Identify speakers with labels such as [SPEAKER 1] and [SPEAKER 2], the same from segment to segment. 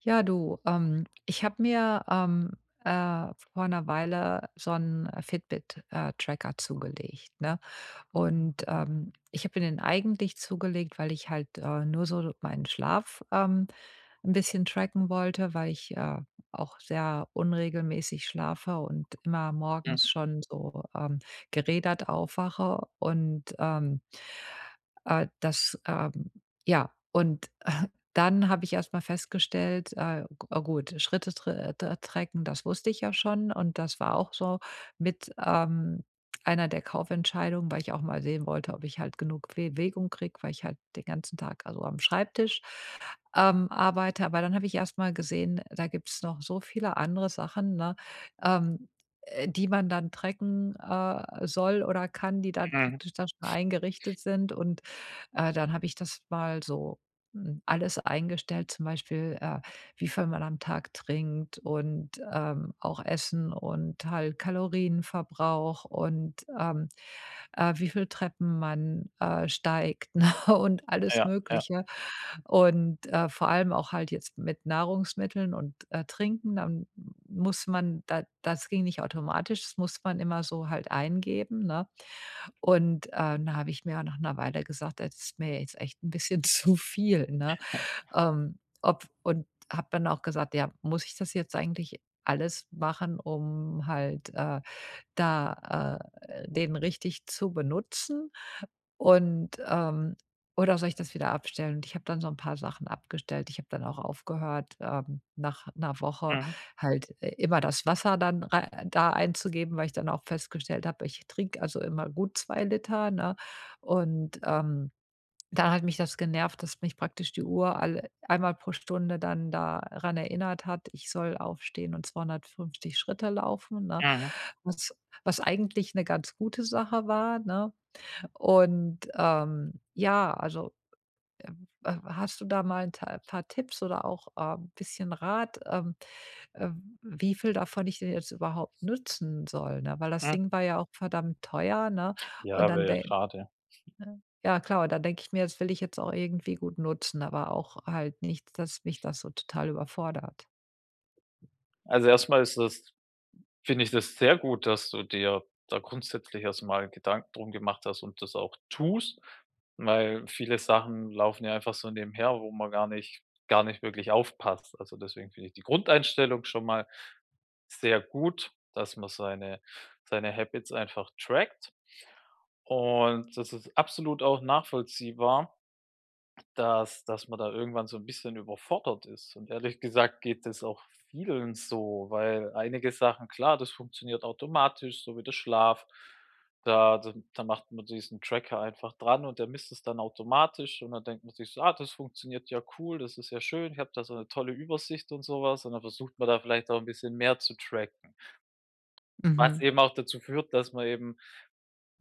[SPEAKER 1] Ich habe mir vor einer Weile so 'n Fitbit, Tracker zugelegt, ne? Und, ich habe mir den eigentlich zugelegt, weil ich halt, nur so meinen Schlaf, 'n bisschen tracken wollte, weil ich auch sehr unregelmäßig schlafe und immer
[SPEAKER 2] Mhm,
[SPEAKER 1] morgens schon so, gerädert aufwache äh, das, ähm ja, und dann habe ich erst mal festgestellt, g gut, tracken, das wusste ich ja schon und das war auch so mit einer der Kaufentscheidungen, weil ich auch mal sehen wollte, ob ich halt genug Bewegung kriege, weil ich halt den ganzen Tag, also am Schreibtisch, arbeite. Aber dann habe ich erst mal gesehen, da gibt's noch so viele andere Sachen, ne, ähm, die man dann tracken, soll oder kann, die dann
[SPEAKER 2] mhm.
[SPEAKER 1] praktisch da schon eingerichtet sind. Und, dann habe ich das mal so, alles eingestellt, zum Beispiel, wie viel man am Tag trinkt und, auch Essen und halt Kalorienverbrauch und, wie viel Treppen man, steigt, ne, und alles
[SPEAKER 2] Ja, ja.
[SPEAKER 1] Mögliche. Und, vor allem auch halt jetzt mit Nahrungsmitteln und, Trinken, dann muss man da das ging nicht automatisch, das muss man immer so halt eingeben, ne? Und, dann habe ich mir nach einer Weile gesagt: „Das ist mir jetzt echt ein bisschen zu viel“, ne? Ob und Habe dann auch gesagt: „Ja, muss ich das jetzt eigentlich alles machen, um halt, da, den richtig zu benutzen?“ und, oder soll ich das wieder abstellen? Und ich habe dann so ein paar Sachen abgestellt. Ich habe dann auch aufgehört, nach einer Woche
[SPEAKER 2] Mhm,
[SPEAKER 1] halt i immer das Wasser dann rei da einzugeben, weil ich dann auch festgestellt habe, ich trinke also immer gut 2 Liter, ne? Und, dann hat mich das genervt, dass mich praktisch die Uhr alle einmal pro Stunde dann daran erinnert hat, ich soll aufstehen und 250 Schritte laufen, ne?
[SPEAKER 2] mhm,
[SPEAKER 1] Was Was eigentlich eine ganz gute Sache war, ne? Und hast du da mal ein ta paar Tipps oder auch, bisschen Rat, äh, wie viel davon ich denn jetzt überhaupt nutzen soll, ne? Weil das
[SPEAKER 2] mhm.
[SPEAKER 1] Ding war ja auch verdammt teuer, ne? Und
[SPEAKER 2] Ja,
[SPEAKER 1] dann
[SPEAKER 2] wäre ja
[SPEAKER 1] de
[SPEAKER 2] schade.
[SPEAKER 1] ne? Ja klar, und dann denke ich mir, das will ich jetzt auch irgendwie gut nutzen, aber auch halt nicht, dass mich das so total überfordert.
[SPEAKER 2] Also, erstmal ist das finde ich das sehr gut, dass du dir da grundsätzlich erst mal Gedanken drum gemacht hast und das auch tust, weil viele Sachen laufen ja einfach so nebenher, wo man gar nicht wirklich aufpasst. Also, deswegen finde ich die Grundeinstellung schon mal sehr gut, dass man seine Habits einfach trackt und das ist absolut auch nachvollziehbar. Dass man da irgendwann so ein bisschen überfordert ist. Und ehrlich gesagt geht es auch vielen so, weil einige Sachen, klar, das funktioniert automatisch, so wie der Schlaf. Da macht man diesen Tracker einfach dran und der misst es dann automatisch und dann denkt man sich so: „Ah, das funktioniert ja cool, das ist ja schön, ich habe da so eine tolle Übersicht“ und sowas. Und dann versucht man da vielleicht auch ein bisschen mehr zu tracken, was
[SPEAKER 1] Mhm.
[SPEAKER 2] eben auch dazu führt, dass man eben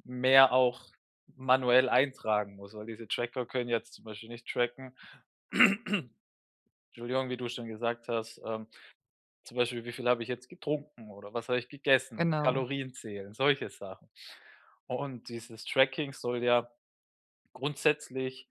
[SPEAKER 2] mehr auch manuell eintragen muss, weil diese Tracker können jetzt zum Beispiel nicht tracken. Entschuldigung, wie du schon gesagt hast, zum Beispiel, wie viel habe ich jetzt getrunken oder was habe ich gegessen,
[SPEAKER 1] Genau,
[SPEAKER 2] Kalorien zählen, solche Sachen. Und dieses Tracking soll ja grundsätzlich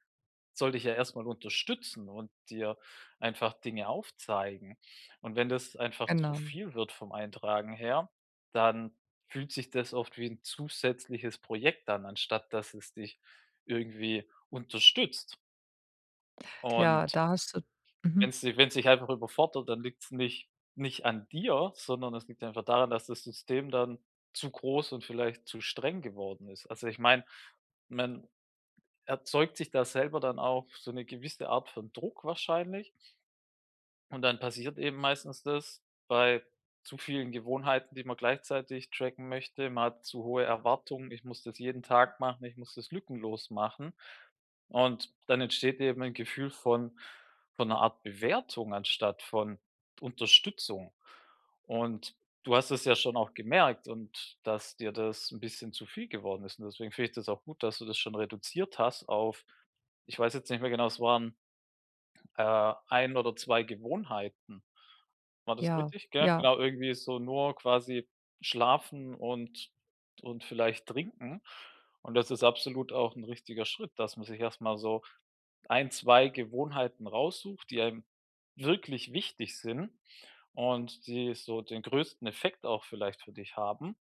[SPEAKER 2] soll dich ja erstmal unterstützen und dir einfach Dinge aufzeigen. Und wenn das einfach zu
[SPEAKER 1] genau.
[SPEAKER 2] viel wird vom Eintragen her, dann fühlt sich das oft wie ein zusätzliches Projekt an, anstatt dass es dich irgendwie unterstützt.
[SPEAKER 1] Ja,
[SPEAKER 2] Und
[SPEAKER 1] da hast du. Mhm.
[SPEAKER 2] wenn's dich einfach überfordert, dann liegt es nicht an dir, sondern es liegt einfach daran, dass das System dann zu groß und vielleicht zu streng geworden ist. Also, ich meine, man erzeugt sich da selber dann auch so eine gewisse Art von Druck wahrscheinlich und dann passiert eben meistens das bei zu vielen Gewohnheiten, die man gleichzeitig tracken möchte. Man hat zu hohe Erwartungen: „Ich muss das jeden Tag machen, ich muss das lückenlos machen.“ Und dann entsteht eben ein Gefühl von einer Art Bewertung anstatt von Unterstützung. Und du hast es ja schon auch gemerkt und dass dir das ein bisschen zu viel geworden ist. Und deswegen finde ich das auch gut, dass du das schon reduziert hast auf, ich weiß jetzt nicht mehr genau, es waren, 1 oder 2 Gewohnheiten. War das
[SPEAKER 1] Ja,
[SPEAKER 2] richtig? Gell,
[SPEAKER 1] ja.
[SPEAKER 2] genau, irgendwie so nur quasi schlafen und vielleicht trinken. Und das ist absolut auch ein richtiger Schritt, dass man sich erstmal so ein, 2 Gewohnheiten raussucht, die einem wirklich wichtig sind und die so den größten Effekt auch vielleicht für dich haben.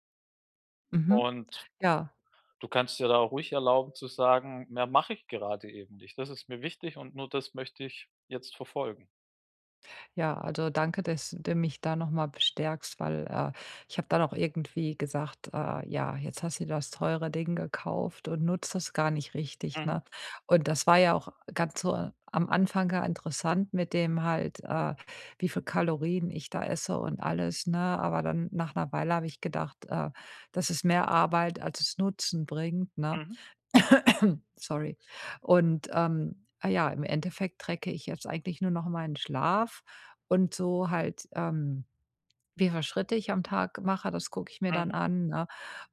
[SPEAKER 1] Mhm.
[SPEAKER 2] Und
[SPEAKER 1] Ja.
[SPEAKER 2] du kannst dir da auch ruhig erlauben zu sagen: „Mehr mache ich gerade eben nicht. Das ist mir wichtig und nur das möchte ich jetzt verfolgen.“
[SPEAKER 1] Ja, also danke, dass du mich da noch mal bestärkst, weil, ich habe dann auch irgendwie gesagt: ja, jetzt hast du dir das teure Ding gekauft und nutzt das gar nicht richtig“,
[SPEAKER 2] Mhm,
[SPEAKER 1] ne? Und das war ja auch ganz so am Anfang ja interessant mit dem halt, wie viel Kalorien ich da esse und alles, ne? Aber dann nach einer Weile habe ich gedacht, das ist mehr Arbeit, als es Nutzen bringt, ne?
[SPEAKER 2] mhm,
[SPEAKER 1] Sorry. Und, ja, im Endeffekt trecke ich jetzt eigentlich nur noch meinen Schlaf und so halt, wie viele Schritte ich am Tag mache, das gucke ich mir dann
[SPEAKER 2] mhm,
[SPEAKER 1] an, ne?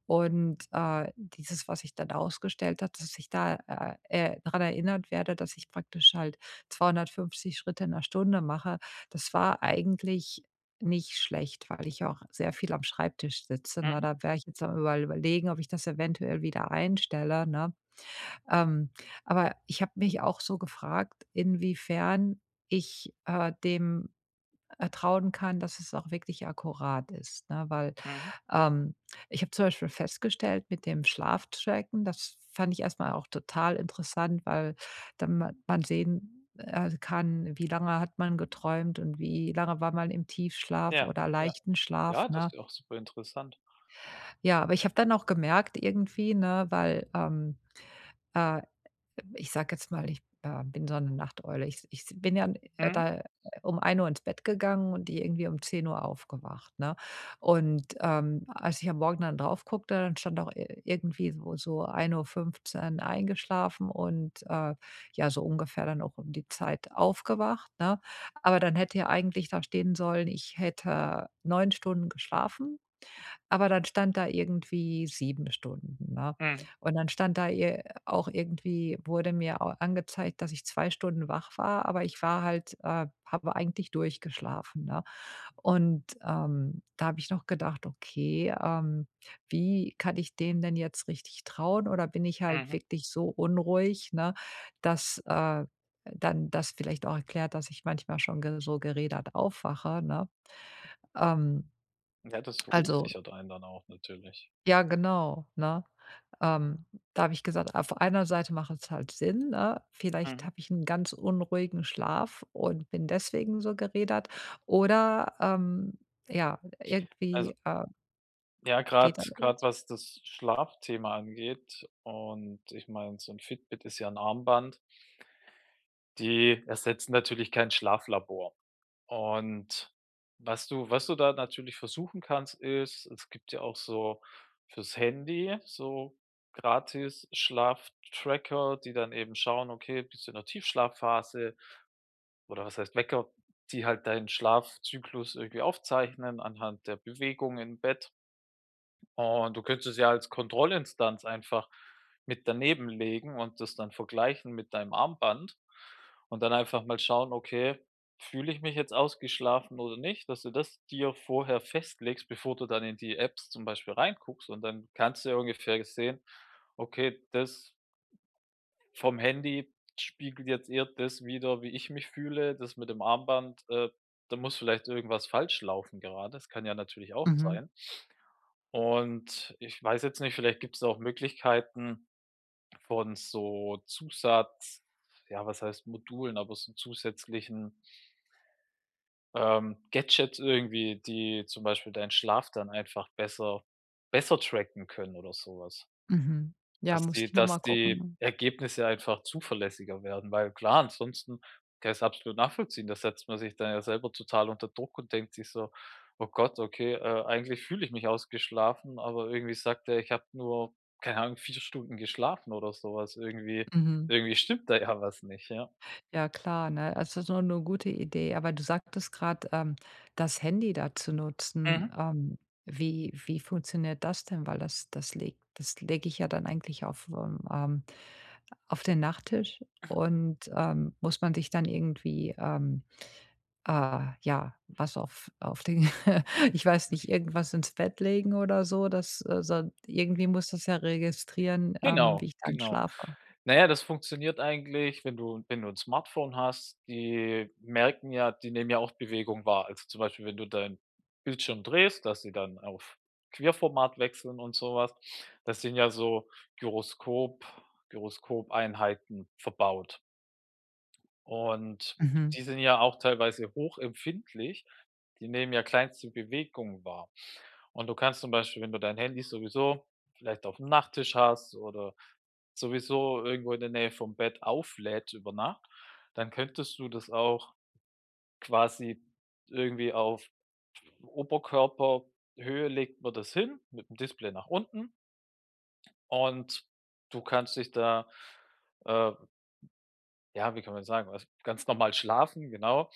[SPEAKER 1] Und, dieses, was ich dann ausgestellt habe, dass ich da, dran erinnert werde, dass ich praktisch halt 250 Schritte in der Stunde mache. Das war eigentlich nicht schlecht, weil ich auch sehr viel am Schreibtisch sitze, ne?
[SPEAKER 2] mhm,
[SPEAKER 1] Da wäre ich jetzt am Überlegen, ob ich das eventuell wieder einstelle, ne? Ähm, aber ich habe mich auch so gefragt, inwiefern ich dem, trauen kann, dass es auch wirklich akkurat ist, ne? Weil,
[SPEAKER 2] mhm.
[SPEAKER 1] ähm, ich habe zum Beispiel festgestellt mit dem Schlaftracken, das fand ich erstmal auch total interessant, weil dann ma man sehen, kann, wie lange hat man geträumt und wie lange war man im Tiefschlaf
[SPEAKER 2] Ja,
[SPEAKER 1] oder
[SPEAKER 2] ja.
[SPEAKER 1] leichten Schlaf,
[SPEAKER 2] Ja, das
[SPEAKER 1] ne?
[SPEAKER 2] ist ja auch superinteressant.
[SPEAKER 1] Ja, aber ich habe dann auch gemerkt irgendwie, ne, weil, äh ich sage jetzt mal, ich, bin so eine Nachteule. Ich bin ja,
[SPEAKER 2] Mhm,
[SPEAKER 1] da um 1 Uhr ins Bett gegangen und die irgendwie um 10 Uhr aufgewacht, ne? Und, als ich am Morgen dann drauf guckte, dann stand auch i irgendwie so 1 Uhr 15 eingeschlafen und, ja, so ungefähr dann auch um die Zeit aufgewacht, ne? Aber dann hätte ja eigentlich da stehen sollen, ich hätte 9 Stunden geschlafen. Aber dann stand da irgendwie 7 Stunden, ne?
[SPEAKER 2] mhm,
[SPEAKER 1] Und dann stand da ir auch irgendwie, wurde mir au angezeigt, dass ich 2 Stunden wach war, aber ich war halt habe eigentlich durchgeschlafen, ne? Und, da habe ich noch gedacht: „Okay, wie kann ich dem denn jetzt richtig trauen?“ Oder bin ich halt
[SPEAKER 2] mhm.
[SPEAKER 1] wirklich so unruhig, ne, dass, dann das vielleicht auch erklärt, dass ich manchmal schon ge so gerädert aufwache, ne? Ähm,
[SPEAKER 2] Ja, das
[SPEAKER 1] also.
[SPEAKER 2] verunsichert einen dann auch natürlich.
[SPEAKER 1] Ja, genau, ne? Ähm, Da habe ich gesagt, auf einer Seite macht es halt Sinn, ne? Vielleicht
[SPEAKER 2] Mhm.
[SPEAKER 1] habe ich einen ganz unruhigen Schlaf und bin deswegen so gerädert oder, ja,
[SPEAKER 2] Also,
[SPEAKER 1] irgendwie,
[SPEAKER 2] ja, gerade
[SPEAKER 1] geht
[SPEAKER 2] gerade
[SPEAKER 1] alles.
[SPEAKER 2] was das Schlafthema angeht, und ich meine, so 'n Fitbit ist ja 'n Armband. Die ersetzen natürlich kein Schlaflabor. Und was du da natürlich versuchen kannst, ist, es gibt ja auch so fürs Handy so gratis Schlaftracker, die dann eben schauen: „Okay, bist du in 'ner Tiefschlafphase?“ Oder was heißt Wecker, die halt deinen Schlafzyklus irgendwie aufzeichnen anhand der Bewegung im Bett. Und du könntest ja als Kontrollinstanz einfach mit daneben legen und das dann vergleichen mit deinem Armband und dann einfach mal schauen: „Okay, fühle ich mich jetzt ausgeschlafen oder nicht?“ Dass du das dir vorher festlegst, bevor du dann in die Apps zum Beispiel reinguckst, und dann kannst du ja ungefähr sehen: „Okay, das vom Handy spiegelt jetzt eher das wider, wie ich mich fühle. Das mit dem Armband, da muss vielleicht irgendwas falsch laufen gerade. Das kann ja natürlich auch
[SPEAKER 1] Mhm,
[SPEAKER 2] sein.“ Und ich weiß jetzt nicht, vielleicht gibt es auch Möglichkeiten von so Zusatz, ja, was heißt Modulen, aber so zusätzlichen, Gadgets irgendwie, die zum Beispiel deinen Schlaf dann einfach besser tracken können oder sowas.
[SPEAKER 1] mhm. Ja,
[SPEAKER 2] Dass
[SPEAKER 1] muss
[SPEAKER 2] die
[SPEAKER 1] ich noch
[SPEAKER 2] dass
[SPEAKER 1] mal
[SPEAKER 2] die
[SPEAKER 1] gucken.
[SPEAKER 2] Ergebnisse einfach zuverlässiger werden, weil klar, ansonsten kann ich's absolut nachvollziehen. Da setzt man sich dann ja selber total unter Druck und denkt sich so: „Oh Gott, okay, eigentlich fühle ich mich ausgeschlafen, aber irgendwie sagt er, ich habe nur, keine Ahnung, 4 Stunden geschlafen oder sowas. Irgendwie
[SPEAKER 1] Mhm.
[SPEAKER 2] irgendwie stimmt da ja was nicht“, ja.
[SPEAKER 1] Ja klar, ne? Also, das ist nur eine gute Idee. Aber du sagtest gerade, das Handy da zu nutzen.
[SPEAKER 2] Mhm.
[SPEAKER 1] Wie wie funktioniert das denn? Weil das lege ich ja dann eigentlich auf den Nachttisch und, muss man sich dann irgendwie, ja, was auf den ich weiß nicht, irgendwas ins Bett legen oder so, das, so irgendwie muss das ja registrieren, wie
[SPEAKER 2] Genau,
[SPEAKER 1] ich dann
[SPEAKER 2] genau.
[SPEAKER 1] schlafe.
[SPEAKER 2] Na ja, das funktioniert eigentlich, wenn du ein Smartphone hast, die nehmen ja auch Bewegung wahr. Also, zum Beispiel, wenn du deinen Bildschirm drehst, dass sie dann auf Querformat wechseln und so was. Das sind ja so Gyroskop Gyroskopeinheiten verbaut. Und
[SPEAKER 1] Mhm,
[SPEAKER 2] die sind ja auch teilweise hochempfindlich. Die nehmen ja kleinste Bewegungen wahr. Und du kannst zum Beispiel, wenn du dein Handy sowieso vielleicht auf dem Nachttisch hast oder sowieso irgendwo in der Nähe vom Bett auflädt über Nacht, dann könntest du das auch quasi irgendwie auf Oberkörperhöhe legt man das hin, mit dem Display nach unten, und du kannst dich da, äh, ja, wie kann man sagen, also ganz normal schlafen, genau.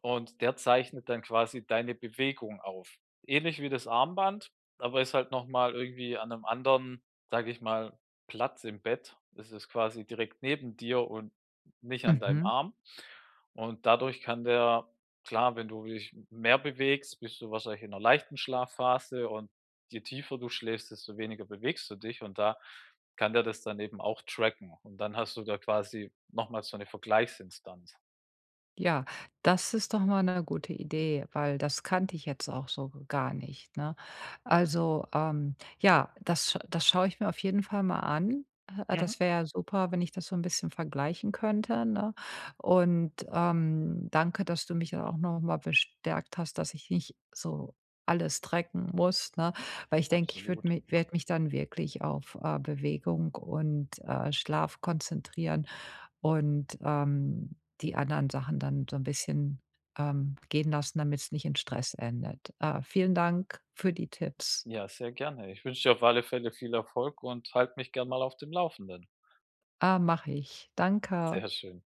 [SPEAKER 2] Und der zeichnet dann quasi deine Bewegung auf. Ähnlich wie das Armband, aber ist halt noch mal irgendwie an einem anderen, sage ich mal, Platz im Bett. Es ist quasi direkt neben dir und nicht an deinem
[SPEAKER 1] mhm.
[SPEAKER 2] Arm. Und dadurch kann der, klar, wenn du dich mehr bewegst, bist du wahrscheinlich in 'ner leichten Schlafphase, und je tiefer du schläfst, desto weniger bewegst du dich, und da kann der das dann eben auch tracken. Und dann hast du da quasi noch mal so eine Vergleichsinstanz.
[SPEAKER 1] Ja, das ist doch mal eine gute Idee, weil das kannte ich jetzt auch so gar nicht, ne? Also, ja, das schaue ich mir auf jeden Fall mal an.
[SPEAKER 2] Mhm.
[SPEAKER 1] Das wäre ja super, wenn ich das so ein bisschen vergleichen könnte, ne? Und, danke, dass du mich da auch noch mal bestärkt hast, dass ich nicht so alles tracken muss, ne? Weil ich denke, ich würde
[SPEAKER 2] Absolut.
[SPEAKER 1] mich werde mich dann wirklich auf, Bewegung und, Schlaf konzentrieren und, die anderen Sachen dann so ein bisschen, gehen lassen, damit es nicht in Stress endet. Vielen Dank für die Tipps.
[SPEAKER 2] Ja, sehr gerne. Ich wünsche dir auf alle Fälle viel Erfolg und halte mich gern mal auf dem Laufenden.
[SPEAKER 1] Mache ich. Danke.
[SPEAKER 2] Sehr schön.